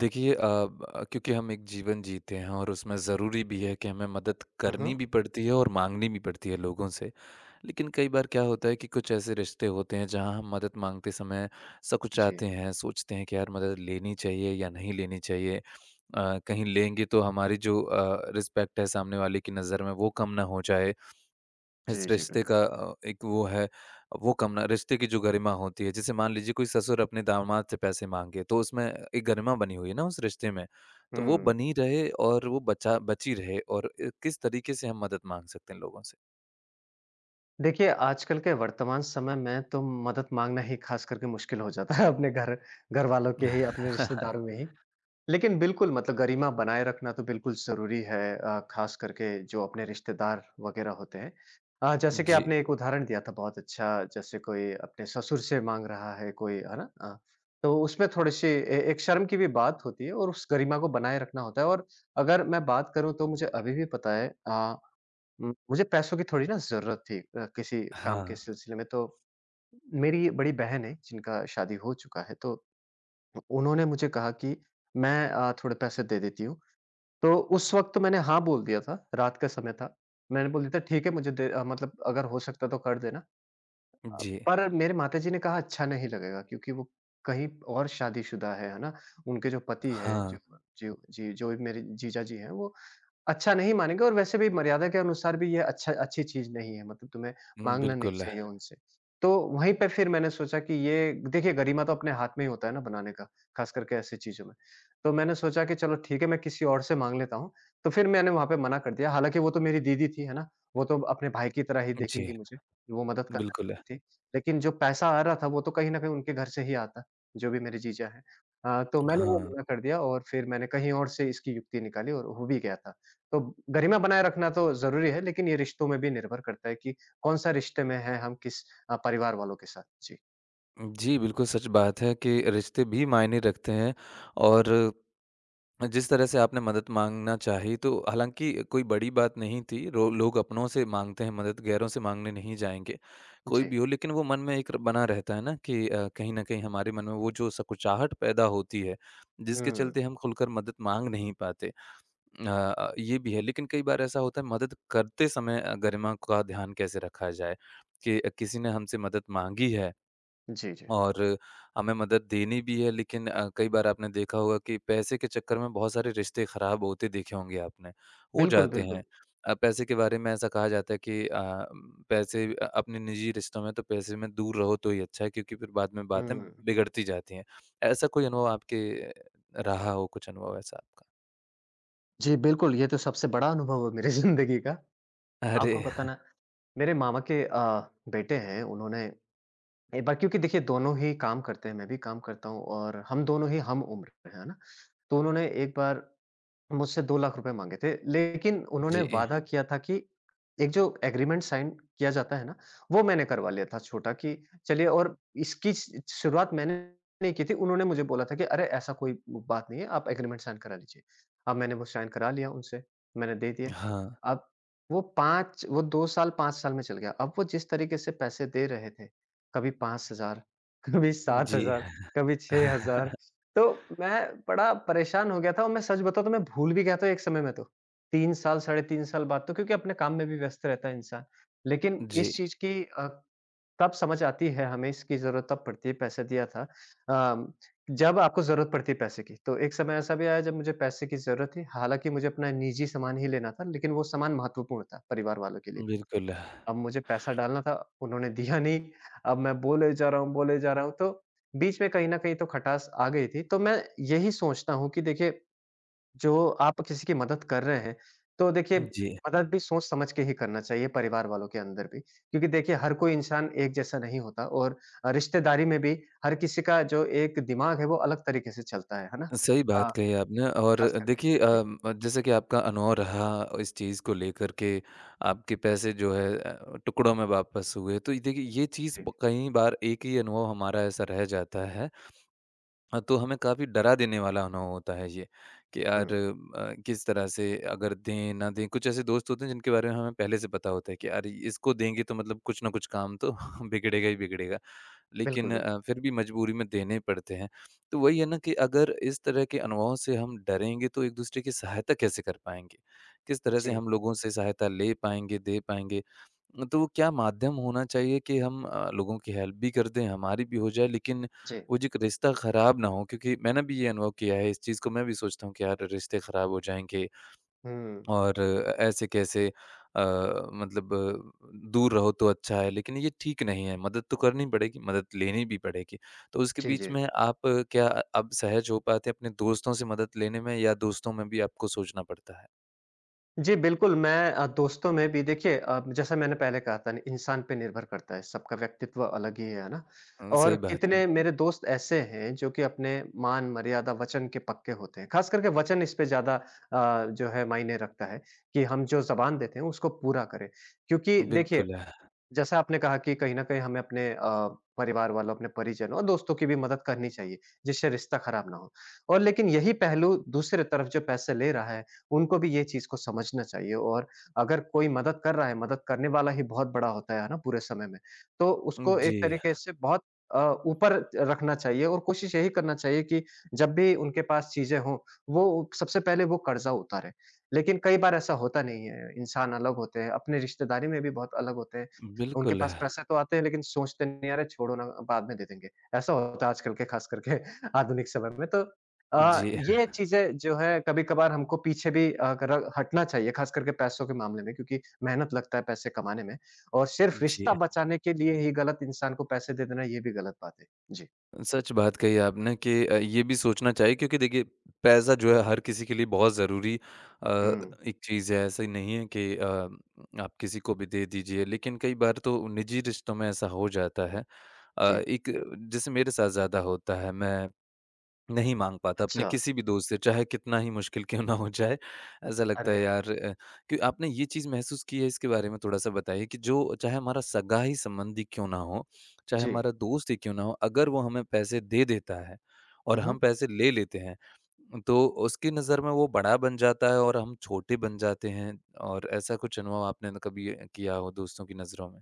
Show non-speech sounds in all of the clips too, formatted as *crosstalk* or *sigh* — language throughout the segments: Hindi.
देखिए अ, ब क्योंकि हम एक जीवन जीते हैं और उसमें ज़रूरी भी है कि हमें मदद हुँ, करनी हुँ। भी पड़ती है और माँगनी भी पड़ती है लोगों से। लेकिन कई बार क्या होता है कि कुछ ऐसे रिश्ते होते हैं जहाँ हम मदद माँगते समय जी। सकुचाते हैं, सोचते हैं कि यार मदद लेनी चाहिए या नहीं लेनी चाहिए। कहीं लेंगे तो हमारी जो रिस्पेक्ट है सामने वाले की नज़र में वो कम ना हो जाए। जी, इस जी, रिश्ते बिल्कुल। का एक वो है वो कम ना रिश्ते की जो गरिमा होती है जैसे मान लीजिए कोई ससुर अपने दामाद से पैसे मांगे तो उसमें एक गरिमा बनी हुई है ना उस रिश्ते में तो वो हुँ। बनी रहे और वो बचा बची रहे और किस तरीके से हम मदद मांग सकते हैं लोगों से। देखिए, आजकल के वर्तमान समय में तो मदद माँगना ही ख़ास करके मुश्किल हो जाता है अपने घर घरवालों के ही, अपने रिश्तेदारों में *laughs* ही। लेकिन बिल्कुल मतलब गरिमा बनाए रखना तो बिल्कुल ज़रूरी है ख़ास करके जो अपने रिश्तेदार वग़ैरह होते हैं। जैसे कि जी आपने एक उदाहरण दिया था बहुत अच्छा जैसे कोई अपने ससुर से माँग रहा है कोई, है ना? तो उसमें थोड़ी-सी ए एक शर्म की भी बात होती है और उस गरिमा को बनाए रखना होता है और अगर मैं बात करूँ तो मुझे अभी भी पता है मुझे पैसों की थोड़ी ना ज़रूरत थी किसी काम के हाँ। सिलसिले में तो मेरी बड़ी बहन है जिनका शादी हो चुका है तो उन्होंने मुझे कहा कि मैं थोड़े पैसे दे देती हूँ। तो उस वक़्त मैंने हाँ बोल दिया था, रात का समय था। मैंने बोल दिया था ठीक है मुझे मतलब अगर हो सकता है तो कर देना। जी पर मेरे माताजी ने कहा अच्छा नहीं लगेगा क्योंकि वो कहीं और शादीशुदा है ना? उनके जो पति है, जो हाँ। जो जी, जो मेरे जीजा जी हैं वो अच्छा नहीं मानेंगे और वैसे भी मर्यादा के अनुसार भी ये अच्छी चीज़ नहीं है, मतलब तुम्हें माँगना नहीं बिल्कुल है। चाहिए उनसे। तो वहीं पे फिर मैंने सोचा कि ये देखिए गरिमा तो अपने हाथ में ही होता है ना बनाने का, ख़ास करके ऐसी चीज़ों में। तो मैंने सोचा कि चलो ठीक है मैं किसी और से माँग लेता हूँ, तो फिर मैंने वहाँ पे मना कर दिया, हालाँकि वो तो मेरी दीदी थी, है ना? वो तो अपने भाई की तरह ही जी देखेंगी मुझे, वो मदद करना बिल्कुल है। चाहती थी। लेकिन जो पैसा आ रहा था, वो तो कहीं न कहीं उनके घर से ही आता, जो भी मेरे जीजा हैं। तो मैंने वो हाँ। मना कर दिया और फिर मैंने कहीं और से इसकी युक्ति निकाली और हो भी गया था। तो गरिमा बनाए रखना तो ज़रूरी है, लेकिन ये रिश्तों में भी निर्भर करता है कि कौन-सा रिश्ते में हैं हम किस परिवार वालों के साथ। जी, जी बिल्कुल सच बात है कि रिश्ते भी मायने रखते हैं और जिस तरह से आपने मदद मांगना चाही तो हालाँकि कोई बड़ी बात नहीं थी, रो लोग अपनों से माँगते हैं मदद, गैरों से माँगने नहीं जाएँगे, कोई भी जी। हो। लेकिन वो मन में एक बना रहता है ना कि कहीं न कहीं हमारे मन में वो जो संकुचाहट पैदा होती है, जिसके हुँ। चलते हम खुलकर मदद माँग नहीं पाते। अ ये भी है लेकिन कई बार ऐसा होता है मदद करते समय गरिमा का ध्यान कैसे रखा जाए कि किसी ने हमसे मदद माँगी है जी, जी। और हमें मदद देनी भी है लेकिन कई बार आपने देखा होगा कि पैसे के चक्कर में बहुत सारे रिश्ते खराब होते देखे होंगे आपने, हो बिल्कुल, जाते बिल्कुल। हैं। पैसे के बारे में ऐसा कहा जाता है कि पैसे अपने निजी रिश्तों में तो पैसे में दूर रहो तो ही अच्छा है क्योंकि फिर बाद में बातें हुँ। बिगड़ती जाती हैं। ऐसा कोई अनुभव आपके अ, रहा हो कुछ अनुभव ऐसा आपका? जी, बिल्कुल, ये तो सबसे बड़ा अनुभव है मेरी *laughs* ज़िंदगी का। आपको अरे! पता ना, मेरे मामा के बेटे हैं, उन्होंने एक बार क्योंकि देखिए दोनों ही काम करते हैं, मैं भी काम करता हूँ और हम दोनों ही हम उम्र हैं, है ना? तो उन्होंने एक बार मुझसे 2 लाख रुपए माँगे थे, लेकिन उन्होंने जी, वादा किया था कि एक जो एग्रीमेंट साइन किया जाता है ना, वो मैंने करवा लिया था छोटा कि चलिए और इसकी श शुरुआत मैंने नहीं की थी, उन्होंने मुझे बोला था कि अरे ऐसा कोई बात नहीं है, आप एग्रीमेंट साइन करा लीजिए। अब मैंने वो साइन करा लिया उनसे, मैंने दे दिए। हाँ, अब वो 5 साल में चल गया। अब वो जिस तरीके से पैसे दे रहे थे, कभी 5000 कभी जी। 7000 कभी 6000 *laughs* तो मैं बड़ा परेशान हो गया था और मैं सच बताऊँ तो मैं भूल भी गया था एक समय में तो। साढ़े 3 साल बाद तो क्योंकि अपने काम में भी व्यस्त रहता है इंसान। लेकिन जी, इस चीज़ की अ, तब समझ आती है हमें इसकी ज़रूरत तब पड़ती है, पैसे दिया था। अ, जब आपको ज़रूरत पड़ती है पैसे की। तो एक समय ऐसा भी आया जब मुझे पैसे की ज़रूरत थी, हालाँकि मुझे अपना निजी सामान ही लेना था, लेकिन वो सामान महत्वपूर्ण था परिवार वालों के लिए भी। बिल्कुल। अब मुझे पैसा डालना था, उन्होंने दिया नहीं। अब मैं बोले जा रहा हूँ, बोले जा रहा हूँ, तो बीच में कहीं न कहीं तो खटास आ गई थी। तो मैं यही सोचता हूँ कि देखिए, जो आप किसी की मदद कर रहे हैं, तो देखिए जी। मदद भी सोच-समझ के ही करना चाहिए परिवार वालों के अंदर भी। क्योंकि देखिए हर कोई इंसान एक जैसा नहीं होता और रिश्तेदारी में भी हर किसी का जो एक दिमाग है, वो अलग तरीके से चलता है ना? सही अ, बात कही आपने और खास देखिए करके जी, जैसे कि आपका अनुभव रहा इस चीज़ को लेकर के आपके पैसे जो है टुकड़ों में वापस हुए तो ये देखिए ये चीज़ जी। कई बार एक ही अनुभव हमारा ऐसा रह जाता है, तो हमें काफ़ी डरा देने वाला अनुभव होता है ये कि हुँ, यार किस तरह से अगर दें ना दें कुछ ऐसे दोस्त होते हैं जिनके बारे में हमें पहले से पता होता है कि यार इसको देंगे तो मतलब कुछ ना कुछ काम तो *laughs* बिगड़ेगा ही बिगड़ेगा बिल्कुल, लेकिन बिल्कुल। फिर भी मजबूरी में देने पड़ते हैं। तो वही है ना कि अगर इस तरह के अनुभवों से हम डरेंगे तो एक-दूसरे की सहायता कैसे कर पाएँगे? किस तरह से जी, हम लोगों से सहायता ले पाएँगे, दे पाएँगे? तो वो क्या माध्यम होना चाहिए कि हम लोगों की हेल्प भी कर दें, हमारी भी हो जाए लेकिन जी। वो जो एक रिश्ता खराब ना हो? क्योंकि मैंने भी ये अनुभव किया है, इस चीज़ को मैं भी सोचता हूँ कि यार रिश्ते खराब हो जाएँगे हुँ। और ऐसे कैसे, अ, दूर रहो तो अच्छा है लेकिन ये ठीक नहीं है, मदद तो करनी पड़ेगी, मदद लेनी भी पड़ेगी। तो उसके जी, बीच जी। में आप क्या अब सहज हो पाते हैं अपने दोस्तों से मदद लेने में या दोस्तों में भी आपको सोचना पड़ता है? जी, बिल्कुल, मैं दोस्तों में भी देखिए जैसा मैंने पहले कहा था ना, इंसान पे निर्भर करता है, सबका व्यक्तित्व अलग ही है ना? और सही बात है। कितने मेरे दोस्त ऐसे हैं जो कि अपने मान, मर्यादा, वचन के पक्के होते हैं, ख़ास करके वचन इस पे ज़्यादा जो है मायने रखता है कि हम जो ज़बान देते हैं उसको पूरा करें। क्योंकि देखिए बिल्कुल है। जैसा आपने कहा कि कहीं न कहीं हमें अपने परिवार वालों, अपने परिजनों और दोस्तों की भी मदद करनी चाहिए, जिससे रिश्ता ख़राब ना हो। और लेकिन यही पहलू दूसरे तरफ जो पैसे ले रहा है, उनको भी ये चीज़ को समझना चाहिए और अगर कोई मदद कर रहा है, मदद करने वाला ही बहुत बड़ा होता है ना, पूरे समय में। तो उसको जी, एक तरीके से बहुत अ, ऊपर रखना चाहिए और कोशिश यही करना चाहिए कि जब भी उनके पास चीज़ें हों, वो सबसे पहले वो कर्ज़ा उतारें। लेकिन कई बार ऐसा होता नहीं है, इंसान अलग होते हैं, अपने रिश्तेदारी में भी बहुत अलग होते हैं। उनके बिल्कुल पास है। पैसे तो आते हैं लेकिन सोचते नहीं हैं, "अरे छोड़ो ना, बाद में दे देंगे।" ऐसा होता है आजकल के ख़ास करके *laughs* आधुनिक समय में तो जी, ये चीज़ें जो है कभी-कभार हमको पीछे भी अ, कर हटना चाहिए ख़ास करके पैसों के मामले में क्योंकि मेहनत लगता है पैसे कमाने में और सिर्फ़ जी। रिश्ता बचाने के लिए ही गलत इंसान को पैसे दे देना ये भी गलत बात है। जी। सच बात कही आपने कि ये भी सोचना चाहिए क्योंकि देखिए पैसा जो है हर किसी के लिए बहुत ज़रूरी अ, हुँ। एक चीज़ है। ऐसा ही नहीं है कि आप किसी को भी दे दीजिए लेकिन कई बार तो निजी रिश्तों में ऐसा हो जाता है। अ, जी। एक जैसे मेरे साथ ज़्यादा होता है मैं नहीं माँग पाता अपने अच्छा। किसी भी दोस्त से, चाहे कितना ही मुश्किल क्यों ना हो जाए। ऐसा लगता अरे! है यार कि आपने ये चीज़ महसूस की है इसके बारे में थोड़ा-सा बताइए कि जो चाहे हमारा सगा ही संबंधी क्यों ना हो, चाहे जी। हमारा दोस्त ही क्यों ना हो, अगर वो हमें पैसे दे देता है हुँ, और हम हुँ। पैसे ले लेते हैं, तो उसकी नज़र में वो बड़ा बन जाता है और हम छोटे बन जाते हैं और ऐसा कुछ अनुभव आपने न कभी किया हो दोस्तों की नज़रों में?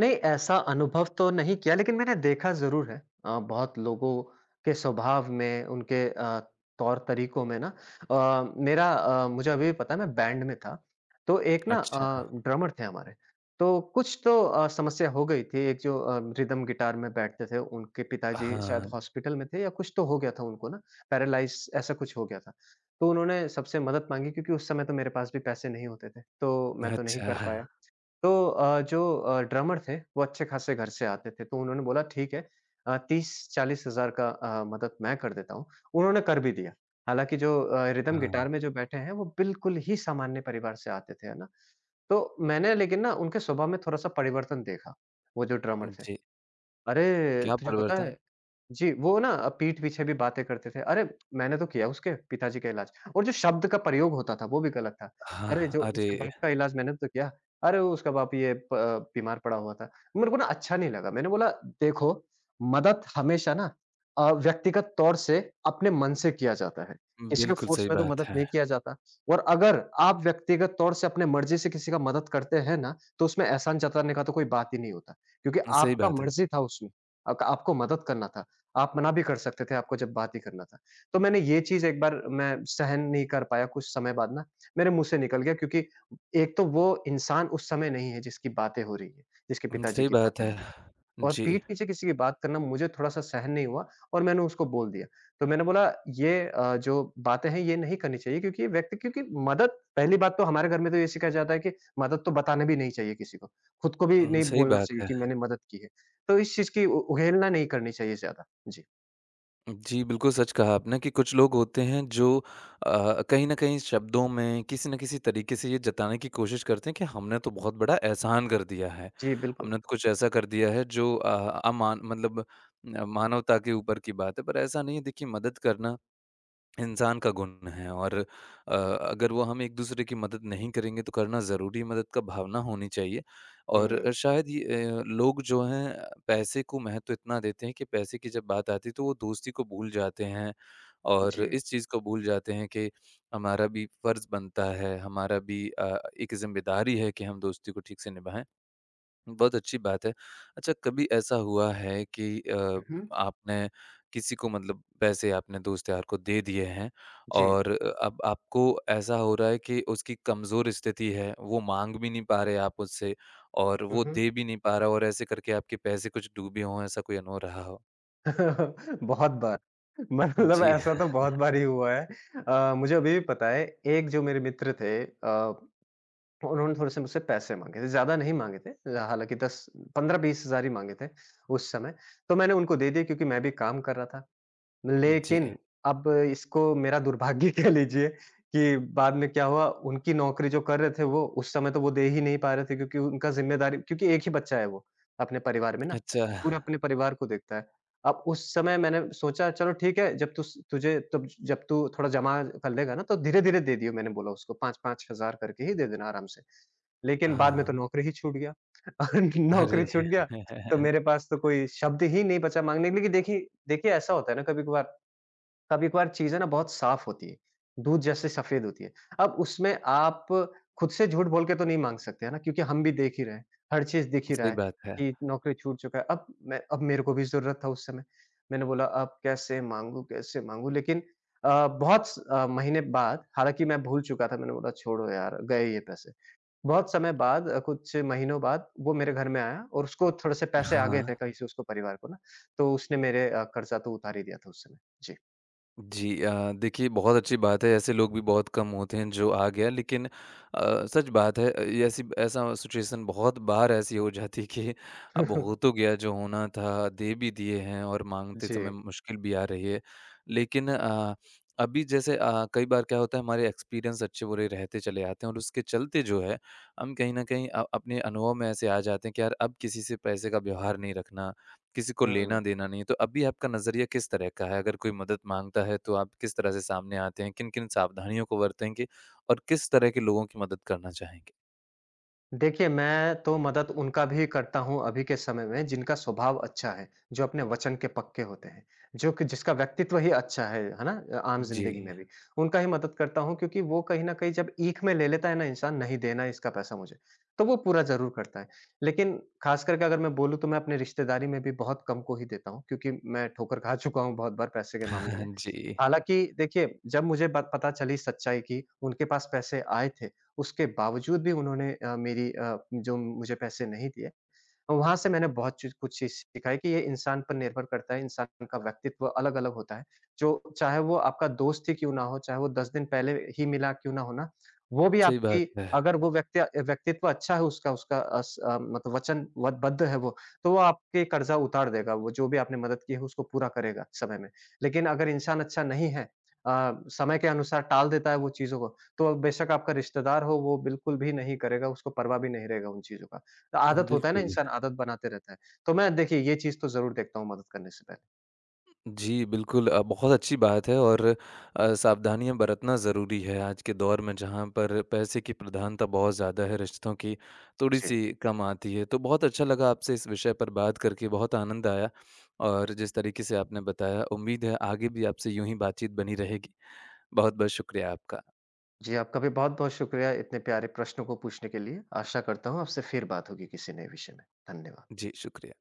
नहीं, ऐसा अनुभव तो नहीं किया लेकिन मैंने देखा ज़रूर है। बहुत लोगों के स्वभाव में, उनके तौर-तरीकों में ना मुझे अभी भी पता है मैं बैंड में था। तो एक ना अच्छा। ड्रमर थे हमारे, तो कुछ तो समस्या हो गई थी। एक जो रिदम गिटार में बैठते थे, उनके पिताजी शायद हाँ, हॉस्पिटल में थे या कुछ तो हो गया था उनको ना, पैरालाइज़ ऐसा कुछ हो गया था। तो उन्होंने सबसे मदद माँगी क्योंकि उस समय तो मेरे पास भी पैसे नहीं होते थे, तो मैं तो नहीं अच्छा। कर पाया। तो जो ड्रमर थे, वो अच्छे खासे घर से आते थे, तो उन्होंने बोला ठीक है 30-40 हज़ार का मदद मैं कर देता हूँ। उन्होंने कर भी दिया। हालाँकि जो रिदम हाँ, गिटार में जो बैठे हैं, वो बिल्कुल ही सामान्य परिवार से आते थे, है ना? तो मैंने लेकिन ना उनके स्वभाव में थोड़ा-सा परिवर्तन देखा, वो जो ड्रमर थे। जी। "अरे! क्या तुझे पता परिवर्तन? है" जी, वो ना पीठ पीछे भी बातें करते थे। अरे! मैंने तो किया उसके पिताजी का इलाज और जो शब्द का प्रयोग होता था वो भी गलत था। अरे! हाँ, जो उसके अरे! बाप का इलाज मैंने तो किया। अरे! वो उसका बाप ये बीमार पड़ा हुआ था। मेरे को ना अच्छा नहीं लगा। मैंने बोला देखो मदद हमेशा ना व्यक्तिगत तौर से अपने मन से किया जाता है। किसी को बिल्कुल, फ़ोर्स सही में तो बात मदद है। नहीं किया जाता और अगर आप व्यक्तिगत तौर से अपने मर्ज़ी से किसी का मदद करते हैं ना, तो उसमें एहसान जताने का तो कोई बात ही नहीं होता। क्योंकि सही आपका बात है। मर्ज़ी था उसमें, अक आपको मदद करना था। आप मना भी कर सकते थे, आपको जब बात ही करना था। तो मैंने ये चीज़ एक बार मैं सहन नहीं कर पाया, कुछ समय बाद ना मेरे मुँह से निकल गया क्योंकि एक तो वो इंसान उस समय नहीं है जिसकी बातें हो रही हैं, जिसके उम, पिताजी सही की बात बातें है। हो रही हैं और जी। पीठ पीछे किसी की बात करना मुझे थोड़ा-सा सहन नहीं हुआ और मैंने उसको बोल दिया। तो मैंने बोला ये जो बातें हैं ये नहीं करनी चाहिए क्योंकि ये व्यक्ति क्योंकि मदद पहली बात तो हमारे घर में तो ये सिखाया जाता है कि मदद तो बताना भी नहीं चाहिए किसी को। खुद को भी उम, नहीं सही बोलना बात चाहिए है। कि मैंने मदद की है। तो इस चीज़ की उ उघेलना नहीं करनी चाहिए ज़्यादा। जी। जी, बिल्कुल सच कहा आपने कि कुछ लोग होते हैं जो कहीं न कहीं शब्दों में किसी न किसी तरीके से ये जताने की कोशिश करते हैं कि हमने तो बहुत बड़ा एहसान कर दिया है। जी, बिल्कुल। हमने तो कुछ ऐसा कर दिया है जो मानवता के ऊपर की बात है, पर ऐसा नहीं है। देखिए मदद करना इंसान का गुण है और अगर वो हम एक-दूसरे की मदद नहीं करेंगे तो करना ज़रूरी है, मदद का भावना होनी चाहिए। और हुँ, शायद ये लोग जो हैं पैसे को महत्व इतना देते हैं कि पैसे की जब बात आती है तो वो दोस्ती को भूल जाते हैं और जी। इस चीज़ को भूल जाते हैं कि हमारा भी फ़र्ज़ बनता है, हमारा भी एक ज़िम्मेदारी है कि हम दोस्ती को ठीक से निभाएँ। बहुत अच्छी बात है। अच्छा कभी ऐसा हुआ है कि उहुँ, आपने किसी को मतलब पैसे आपने दोस्त-यार को दे दिए हैं जी। और अब आपको ऐसा हो रहा है कि उसकी कमज़ोर स्थिति है, वो माँग भी नहीं पा रहे आप उससे और वो उहुँ। दे भी नहीं पा रहा और ऐसे करके आपके पैसे कुछ डूबे हों, ऐसा कोई अनुभव रहा हो? *laughs* बहुत बार, मतलब जी। ऐसा तो बहुत *laughs* बार ही हुआ है। मुझे अभी भी पता है एक जो मेरे मित्र थे उन्होंने थोड़े-से मुझसे पैसे माँगे थे, ज़्यादा नहीं माँगे थे, हालाँकि 10 15-20 हज़ार ही माँगे थे उस समय। तो मैंने उनको दे दिए क्योंकि मैं भी काम कर रहा था। जी। लेकिन अब इसको मेरा दुर्भाग्य कह लीजिए कि बाद में क्या हुआ, उनकी नौकरी जो कर रहे थे वो, उस समय तो वो दे ही नहीं पा रहे थे क्योंकि उनका ज़िम्मेदारी क्योंकि एक ही बच्चा है वो, अपने परिवार में ना, अच्छा। पूरे अपने परिवार को देखता है। अब उस समय मैंने सोचा चलो ठीक है जब तुस तुझे तब जब तू थोड़ा जमा कर लेगा ना तो धीरे-धीरे दे दियो मैंने बोला उसको 5-5 हज़ार करके ही दे देना आराम से। लेकिन बाद में तो हाँ। नौकरी ही छूट गया *laughs* और अरे! नौकरी छूट गया तो *laughs* मेरे पास तो कोई शब्द ही नहीं बचा माँगने के लिए कि देखिए देखिए ऐसा होता है ना कभी-कभार कभी-कभार चीज़ें ना बहुत साफ़ होती है, दूध जैसे सफ़ेद होती है। अब उसमें आप खुद से झूठ बोल के तो नहीं माँग सकते, है ना? क्योंकि हम भी देख ही रहे हैं, हर चीज़ दिख ही रहा सही है बात है। कि नौकरी छूट चुका है। अब मेरे को भी ज़रूरत था उस समय। मैंने बोला अब कैसे माँगू, कैसे माँगू? लेकिन बहुत महीने बाद हालाँकि मैं भूल चुका था, मैंने बोला छोड़ो यार, गए ये पैसे। बहुत समय बाद कुछ महीनों बाद वो मेरे घर में आया और उसको थोड़े से पैसे आ गए हाँ। थे कहीं से उसको परिवार को ना, तो उसने मेरे कर्ज़ा तो उतार ही दिया था उस समय। जी देखिए बहुत अच्छी बात है, ऐसे लोग भी बहुत कम होते हैं जो आ गया लेकिन सच बात है, ये ऐसी ऐसा सिचुएशन बहुत बार ऐसी हो जाती है कि अब जी। हो *laughs* तो गया जो होना था, दे भी दिए हैं और माँगते जी, समय मुश्किल भी आ रही है। लेकिन अभी जैसे कई बार क्या होता है हमारे एक्सपीरियंस अच्छे-बुरे रहते चले आते हैं और उसके चलते जो है, हम कहीं न कहीं अपने अनुभव में ऐसे आ जाते हैं कि यार अब किसी से पैसे का व्यवहार नहीं रखना किसी को हुँ। लेना देना नहीं है, तो अभी आपका नज़रिया किस तरह का है? अगर कोई मदद माँगता है तो आप किस तरह से सामने आते हैं? किन-किन सावधानियों को बरतेंगे और किस तरह के लोगों की मदद करना चाहेंगे? देखिए, मैं तो मदद उनका भी करता हूँ अभी के समय में जिनका स्वभाव अच्छा है, जो अपने वचन के पक्के होते हैं, जो कि जिसका व्यक्तित्व ही अच्छा है ना? आम जी। ज़िंदगी में भी, उनका ही मदद करता हूँ क्योंकि वो कहीं न कहीं जब ईख में ले लेता है ना इंसान नहीं देना है इसका पैसा मुझे, तो वो पूरा ज़रूर करता है। लेकिन ख़ास करके अगर मैं बोलूँ तो मैं अपने रिश्तेदारी में भी बहुत कम को ही देता हूँ क्योंकि मैं ठोकर खा चुका हूँ बहुत बार पैसे के मामले में। *laughs* जी, हालाँकि देखिए, जब मुझे ब पता चली सच्चाई की उनके पास पैसे आए थे उसके बावजूद भी उन्होंने मेरी जो मुझे पैसे नहीं दिए, वहाँ से मैंने बहुत चीज़ कुछ चीज़ सीखा है कि ये इंसान पर निर्भर करता है, इंसान का व्यक्तित्व अलग-अलग होता है। जो चाहे वो आपका दोस्त ही क्यों ना हो, चाहे वो 10 दिन पहले ही मिला क्यों ना हो ना, वो भी सही बात आपकी है। अगर वो व्यक्तित्व अच्छा है उसका उसका मतलब वचनबद्ध है वो, तो वो आपके कर्ज़ा उतार देगा, वो जो भी आपने मदद की है उसको पूरा करेगा समय में। लेकिन अगर इंसान अच्छा नहीं है अ, समय के अनुसार टाल देता है वो चीज़ों को, तो बेशक आपका रिश्तेदार हो, वो बिल्कुल भी नहीं करेगा, उसको परवाह भी नहीं रहेगा उन चीज़ों का। तो आदत होता है ना बिल्कुल। इंसान, आदत बनाते रहता है। तो मैं देखिए ये चीज़ तो ज़रूर देखता हूँ मदद करने से पहले। जी, बिल्कुल बहुत अच्छी बात है और सावधानियाँ बरतना ज़रूरी है आज के दौर में जहाँ पर पैसे की प्रधानता बहुत ज़्यादा है, रिश्तों की जी। थोड़ी-सी कम आती है। तो बहुत अच्छा लगा आपसे इस विषय पर बात करके, बहुत आनंद आया और जिस तरीके से आपने बताया, उम्मीद है आगे भी आपसे यूँ ही बातचीत बनी रहेगी। बहुत-बहुत शुक्रिया आपका। जी, आपका भी बहुत-बहुत शुक्रिया इतने प्यारे प्रश्नों को पूछने के लिए। आशा करता हूँ आपसे फिर बात होगी किसी नए विषय में। धन्यवाद। जी, शुक्रिया।